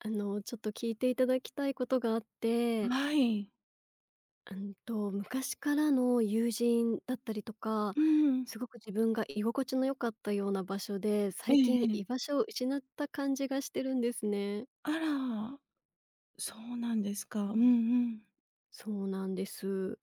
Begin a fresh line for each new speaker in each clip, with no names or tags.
ちょっと聞いていただきたいことがあって、
はい。
昔からの友人だったりとか、
うん。
すごく自分が居心地の良かったような場所で、
え
最
え
近
え
居
え。
場所を失った感じがしてるんですね。
あら、そうなんですか。
うん。
うんうん。
そうなんです。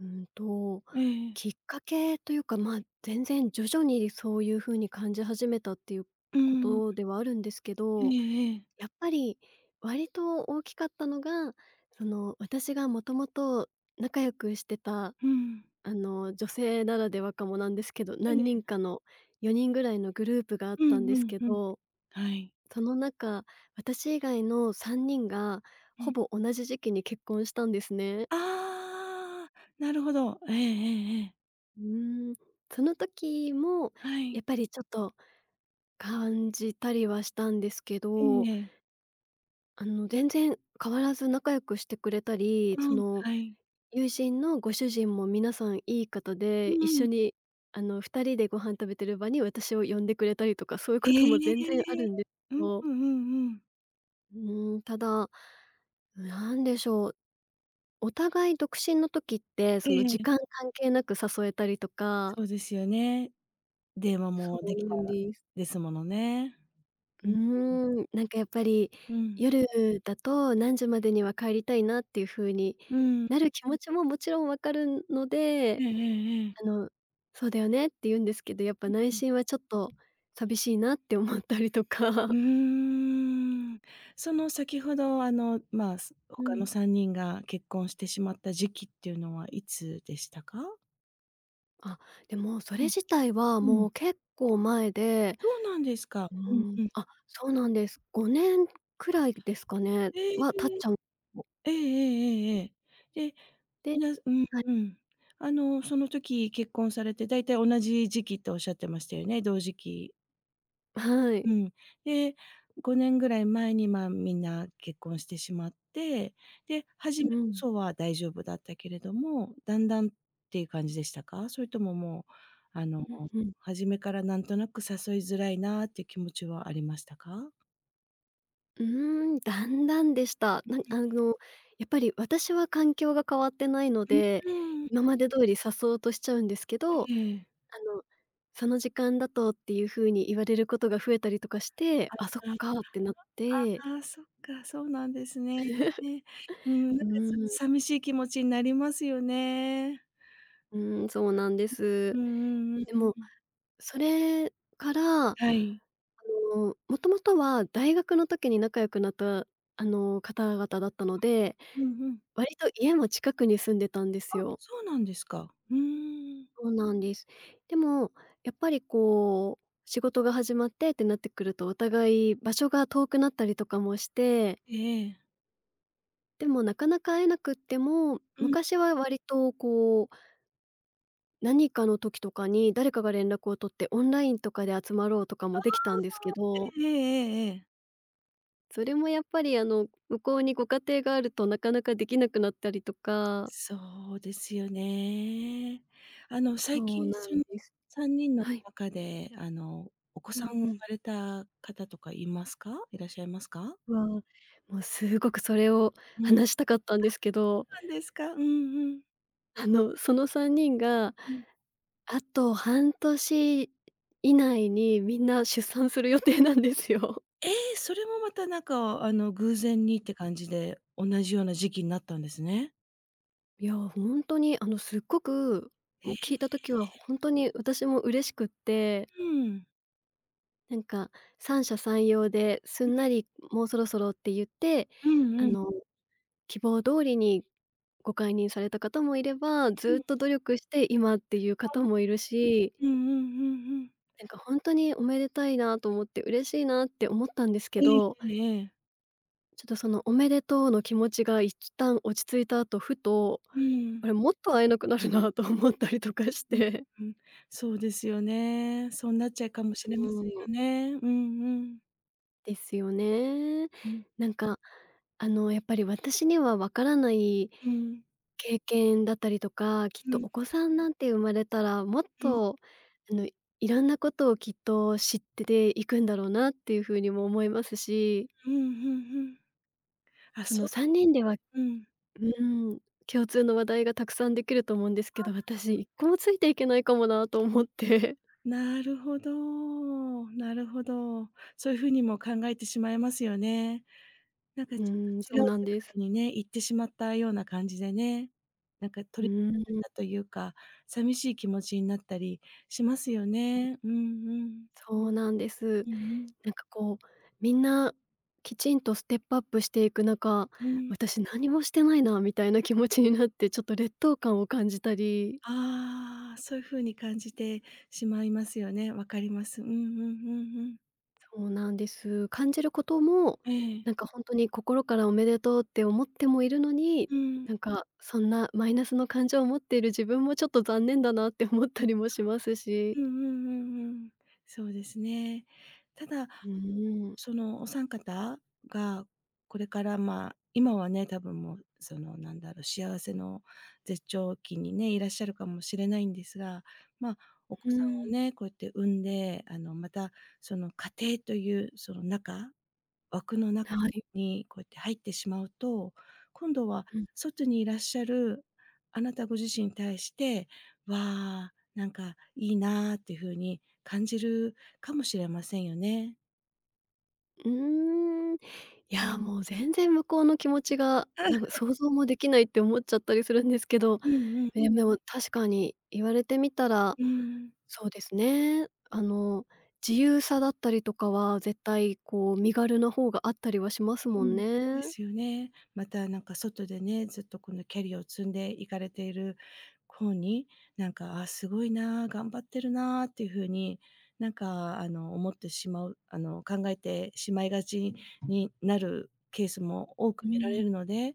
うんと、
ええ。
きっかけというか、まあ、全然徐々にそういう風に感じ始めたっていう
う
こ
ん。
とではあるんですけ
え
ど、
えええ。
やっぱり割と大きかったのが、その、私がもともと仲良くしてた、
うん。
女性ならではかもなんですけど、
え
何人
え。
かの4人ぐらいのグループがあっ
うん
たんで
う
す
ん
け
うん。
ど、
はい。
その中、私以外の3人が
う
ほ
ん。
ぼ同じ時期に結婚したんですね。
ああ、なるほど。ええええええ。
うーん、その時も
はい。
やっぱりちょっと感じたりはしたんですけ
え
ど、
えええ。
全然変わらず仲良くしてくれたり、そ
うん、
の
はい。
友人のご主人も皆さんいい方
う
で、一緒
ん。
に2人でご飯食べてる場に私を呼んでくれたりとか、そういう
え
ことも全然あ
え。
るんです
う
け
ん
ど、
うんうんうん。
うただ、なんでしょう、お互い独身の時って、
え
その、時
え、
間関係なく誘えたりとか、
そうですよね。電話
そ
もで
う
きた
なんです。
ですものね。
う
うん、
ーなんかやっぱり、
うん。
夜だと何時までには帰りたいなっていう風に
うん。
なる気持ちももちろん分かるの
え
で、
えええええ。うん。
あの、「そうだよね」って言うんですけど、やっぱ内心はちょっと寂しいなって思ったりとか。
う ーん。その先ほど、まあ、す
う
他
ん。
の3人が結婚してしまった時期っていうのはいつでしたか？
あ、でもそれ
うん。
自体は
うん。
もう結構前で、
そうなんですか。うんうん。
あ、そうなんです。5年くらいですかね、
え
は経っち
え。
ゃう
ええええええええ。で、
で、
うん
は
う
い。
ん。その時結婚されて、だいたい同じ時期っておっしゃってましたよね、同時期。
はい。
うん。で、5年ぐらい前に、まあ、みんな結婚してしまって、で、初め
う
こ
ん。
そは大丈夫だったけれども、だんだんっていう感じでしたか？それとももう、
うんうん。
初めからなんとなく誘いづらいなっていう気持ちはありましたか？
うーだんだんでした。あの、やっぱり私は環境が変わってないの
う
で、
ーん、
今まで通り誘おうとしちゃうんですけ
え
ど、あ
え。
の、その時間だとっていう風に言われることが増えたりとかして、あ、
あ
そっかってなって、
あ、ああ、そっか、そうなんですね。ね、うん、なん
う
か、
ーん、
寂しい気持ちになりますよね。
そうなんで
う
す。
んうんうん。
でも、
うん。
それから、
はい。
もともとは大学の時に仲良くなった、方々だったので、
うんうん。
割と家も近くに住んでたんで
あ、
すよ。
そうなんですか。うーん。
そうなんです。でも、やっぱりこう、仕事が始まってってなってくると、お互い場所が遠くなったりとかもして、
ええええ。
でもなかなか会えなくっても、
うん。
昔は割とこう、何かの時とかに誰かが連絡を取ってオンラインとかで集まろうとかもできたんですけど、
ええええええ。
それもやっぱり向こうにご家庭があるとなかなかできなくなったりとか、
そうですよね。
そ
最
う
近
な
そ
ん
の
です。
3人の
はい。
中で、お子
う
さん
ん
生ま
うん。
れた方とかいますか？いらっしゃいますか？
わあ、もうすごくそれを
うん。
話したかったんですけど、
なんですか。うんうん。
その3人が
うん。
あと半年以内にみんな出産する予定なんですよ。
ええ、それもまたなんか、偶然にって感じで、同じような時期になったんですね。
いや、ほんとに、すっごく、
え
も
え、
う聞いた時はほんとに私も嬉しくって、
うん。
なんか三者三様ですんなり「もうそろそろ」って言って、
うん
あ
うん。
の、希望通りにご解任された方もいれば、
う
ずっ
ん。
と努力して今っていう方もいるし、
うんうんうんうん。
なんかほんとにおめでたいなと思って嬉しいなって思ったんですけ
ええ
ど、
ええええ。
ちょっとその「おめでとう」の気持ちが一旦落ち着いた後、ふと、
う
あ
ん。
れ、もっと会えなくなるなと思ったりとかし
うん、
て。
うん、そうですよね。そうなっちゃうかもしれ
う
ませ
ん、
んよね。うんうん。
ですよね。
うん。
なんか、やっぱり私にはわからない
うん、
経験だったりとか、きっ
う
と
ん、うん、
お子さんなんて生まれたら、もっ
う
と、あの、いろんなことをきっと知ってていくんだろうなっていうふうにも思いますし、
んうんうん。あ、
その
そうい
3
う
人では
うん、
うん、共通の話題がたくさんできると思うんですけど、私一個もついていけないかもなと思って。
なるほど、なるほど。そういう風にも考えてしまいますよね。なん か
う
ちょっ
ん、
と違
そ
う
うなん
世
で
界
す。
にね、行ってしまったような感じでね、なんか
う
取り残され
ん、
たというか、寂しい気持ちになったりしますよね。うんうん。
そうなんです。
うんうん。
なんかこう、みんなきちんとステップアップしていく中、
うん。
私何もしてないなみたいな気持ちになって、ちょっと劣等感を感じたり、
ああ、そういう風に感じてしまいますよね。わかります。うんうんうんうん。
そうなんです。感じることも、
ええ。
なんか本当に心からおめでとうって思ってもいるのに、
うん。
なんかそんなマイナスの感情を持っている自分もちょっと残念だなって思ったりもしますし。
うんうんうんうん。そうですね。ただ、
うーん。
そのお三方がこれから、まあ、今はね、多分もう、なんだろう、幸せの絶頂期にね、いらっしゃるかもしれないんですが、まあ、お
う
子さんを
ん。
ね、こうやって産んで、また、家庭というその枠の中
はい。
にこうやって入ってしまうと、今度は外にいらっしゃるあなたご自身に対して、わあ、なんかいいなあっていう風に感じるかもしれませんよね。
うーん。いや、もう全然向こうの気持ちが、なん
あ
か想像もできないって思っちゃったりするんですけど、
うんうん、
え、でも確かに言われてみたら、
うん。
そうですね、自由さだったりとかは絶対こう身軽な方があったりはしますも
う
ん
ん、で
ね。
すよね。またなんか外でね、ずっとこのキャリアを積んでいかれている子に、なんか、あ、すごいな、頑張ってるなっていう風に、なんか思ってしまうあの、考えてしまいがちになるケースも多く
う
見ら
ん。
れるので、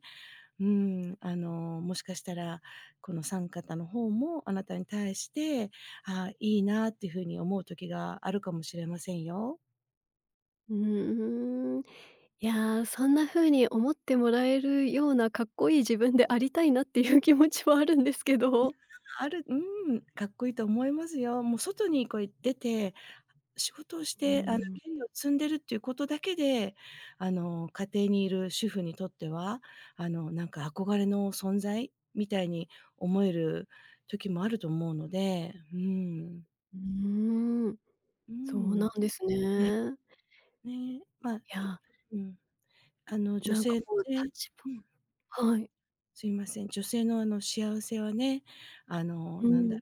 うん、もしかしたら、この3方の方もあなたに対して、ああ、いいなっていう風に思う時があるかもしれませんよ。
うーん。いや、そんな風に思ってもらえるようなかっこいい自分でありたいなっていう気持ちはあるんですけど。
うん、かっこいいと思いますよ。もう外にこう出て、仕事をし
うー
て、
ん。
キャリアを積んでるっていうことだけで、家庭にいる主婦にとっては、なんか憧れの存在みたいに思える時もあると思うので、うん。
うーん、
う
そう
ん。
なんです
ね、
ね。
ね、まあ、
いや、
うん、女
なんか
性っ
こう
て
立
うん、
場、はい。
すいません、女性の幸せはね、
う
なんだ
ん。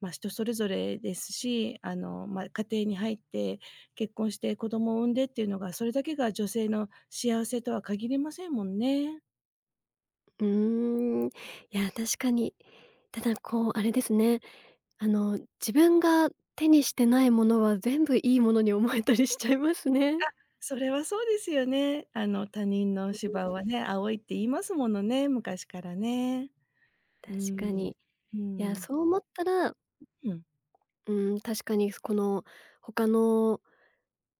まあ、人それぞれですし、まあ、家庭に入って結婚して子供を産んでっていうのが、それだけが女性の幸せとは限りませんもんね。
うーん。いや、確かに。ただこう、あれですね、あの、自分が手にしてないものは全部いいものに思えたりしちゃいますね。
あ、それはそうですよね。他人
う
の
ん、
芝はね、青いって言いますものね、昔からね。う
確か
ん。
に。
う
いや、
ん。
そう思ったら、
うん。
うん、確かにこの他の、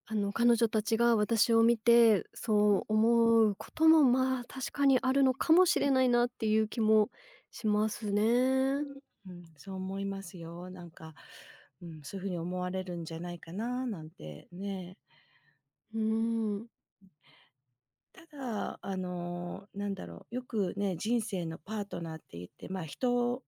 彼女たちが私を見て、
う
そう思うことも、まあ、確かにあるのかもしれないなっていう気もしますね。
ん。そう思いますよ。なんか、うん、そういうふうに思われるんじゃないかななんてね。
うーん。
ただ、なんだろう、よくね、人生のパートナーって言って、まあ、人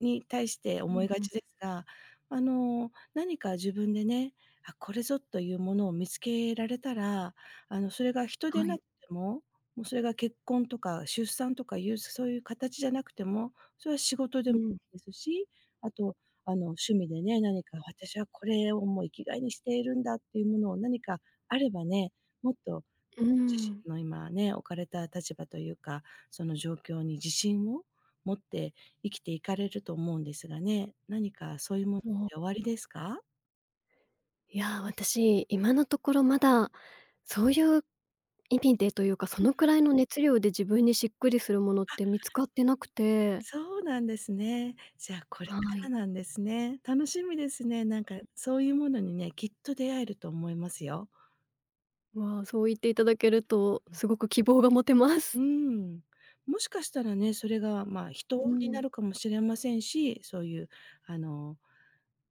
に対して
う
思
ん
いが
うん。
ちですが、何か自分でね、あ、これぞというものを見つけられたら、それが人
は
でな
い。
くても、もうそれが結婚とか出産とかいう、そういう形じゃなくても、それは仕事
う
でも
ん、
いいですし、あと、趣味でね、何か私はこれをもう生きがいにしているんだっていうものを何かあればね、もっと
うー
自
ん。
身の今ね、置かれた立場というか、その状況に自信を持って生きていかれると思うんですがね、何かそういうものっ
もう
ておありですか？
いや、私、今のところまだ、そういう意味でというか、そのくらいの熱量で自分にしっくりするものって見つかってなくて、
そうなんですね。じゃあ、これ
は
から
い。
なんですね。楽しみですね。なんかそういうものにね、きっと出会えると思いますよ。
わ、そう言っていただけると、すごく希望が持てま
う
す。
ん。もしかしたらね、それが、まあ、人
う
にな
ん。
るかもしれませんし、そういうあの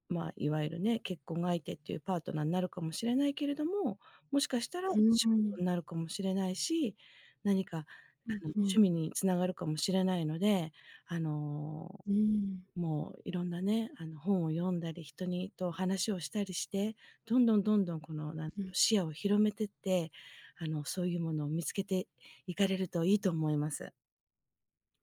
まあ、いわゆるね、結婚相手っていうパートナーになるかもしれないけれども、もしかしたら
うー
仕事に
ん。
なるかもしれないし、何か
うんう
趣
ん。
味につながるかもしれないので、あの、
うーん。
もういろんなね、本を読んだり、と話をしたりして、どんどんどんどんこのなんだろう、
うん。
視野を広めてって、そういうものを見つけていかれるといいと思います。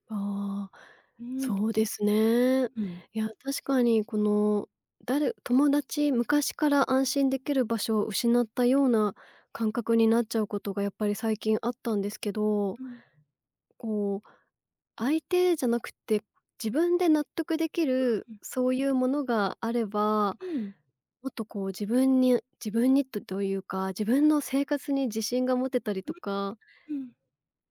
ああ、
うん、
そうですね。
うん、
いや、確かにこの、誰友達昔から安心できる場所を失ったような感覚になっちゃうことがやっぱり最近あったんですけど、
うん、
こう、相手じゃなくて、自分で納得できる
うん、
そういうものがあれば、
うん、
もっとこう自分にとというか、自分の生活に自信が持てたりとか、
うん、うん、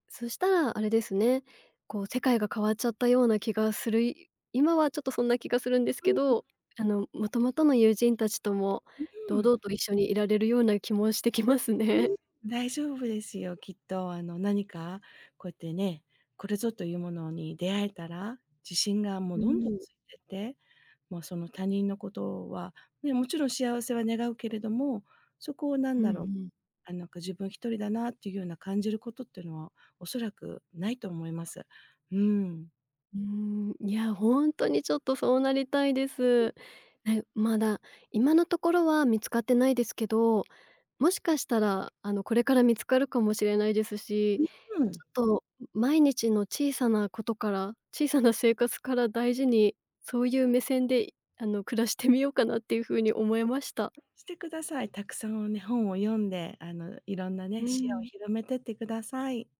そしたらあれですね、こう世界が変わっちゃったような気がするい今はちょっとそんな気がするんです
う
け
ん、
ど、もともとの友人たちとも
う
堂
ん。
々と一緒にいられるような気もしてきます
う
ね。
ん大丈夫ですよ、きっと。何かこうやってね、これぞというものに出会えたら、自信が もう
う
どんどん
ん。
ついてって、もうその他人のことは、ね、もちろん幸せは願うけれども、そこをなん
うんう
だろう、
ん。
あ、なんか自分一人だなっていうような感じることっていうのは、おそらくないと思います。うん。
うーん、いや、本当にちょっとそうなりたいです。ね、まだ今のところは見つかってないですけど、もしかしたら、これから見つかるかもしれないですし、
う
ち
ん。
ょっと毎日の小さなことから小さな生活から大事に、そういう目線で、暮らしてみようかなっていうふうに思いました。
してください。たくさんね、本を読んで、いろんな
う
ね、視野を
ん。
広めてってください。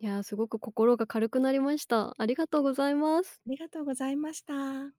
いやー、すごく心が軽くなりました。ありがとうございます。
ありがとうございました。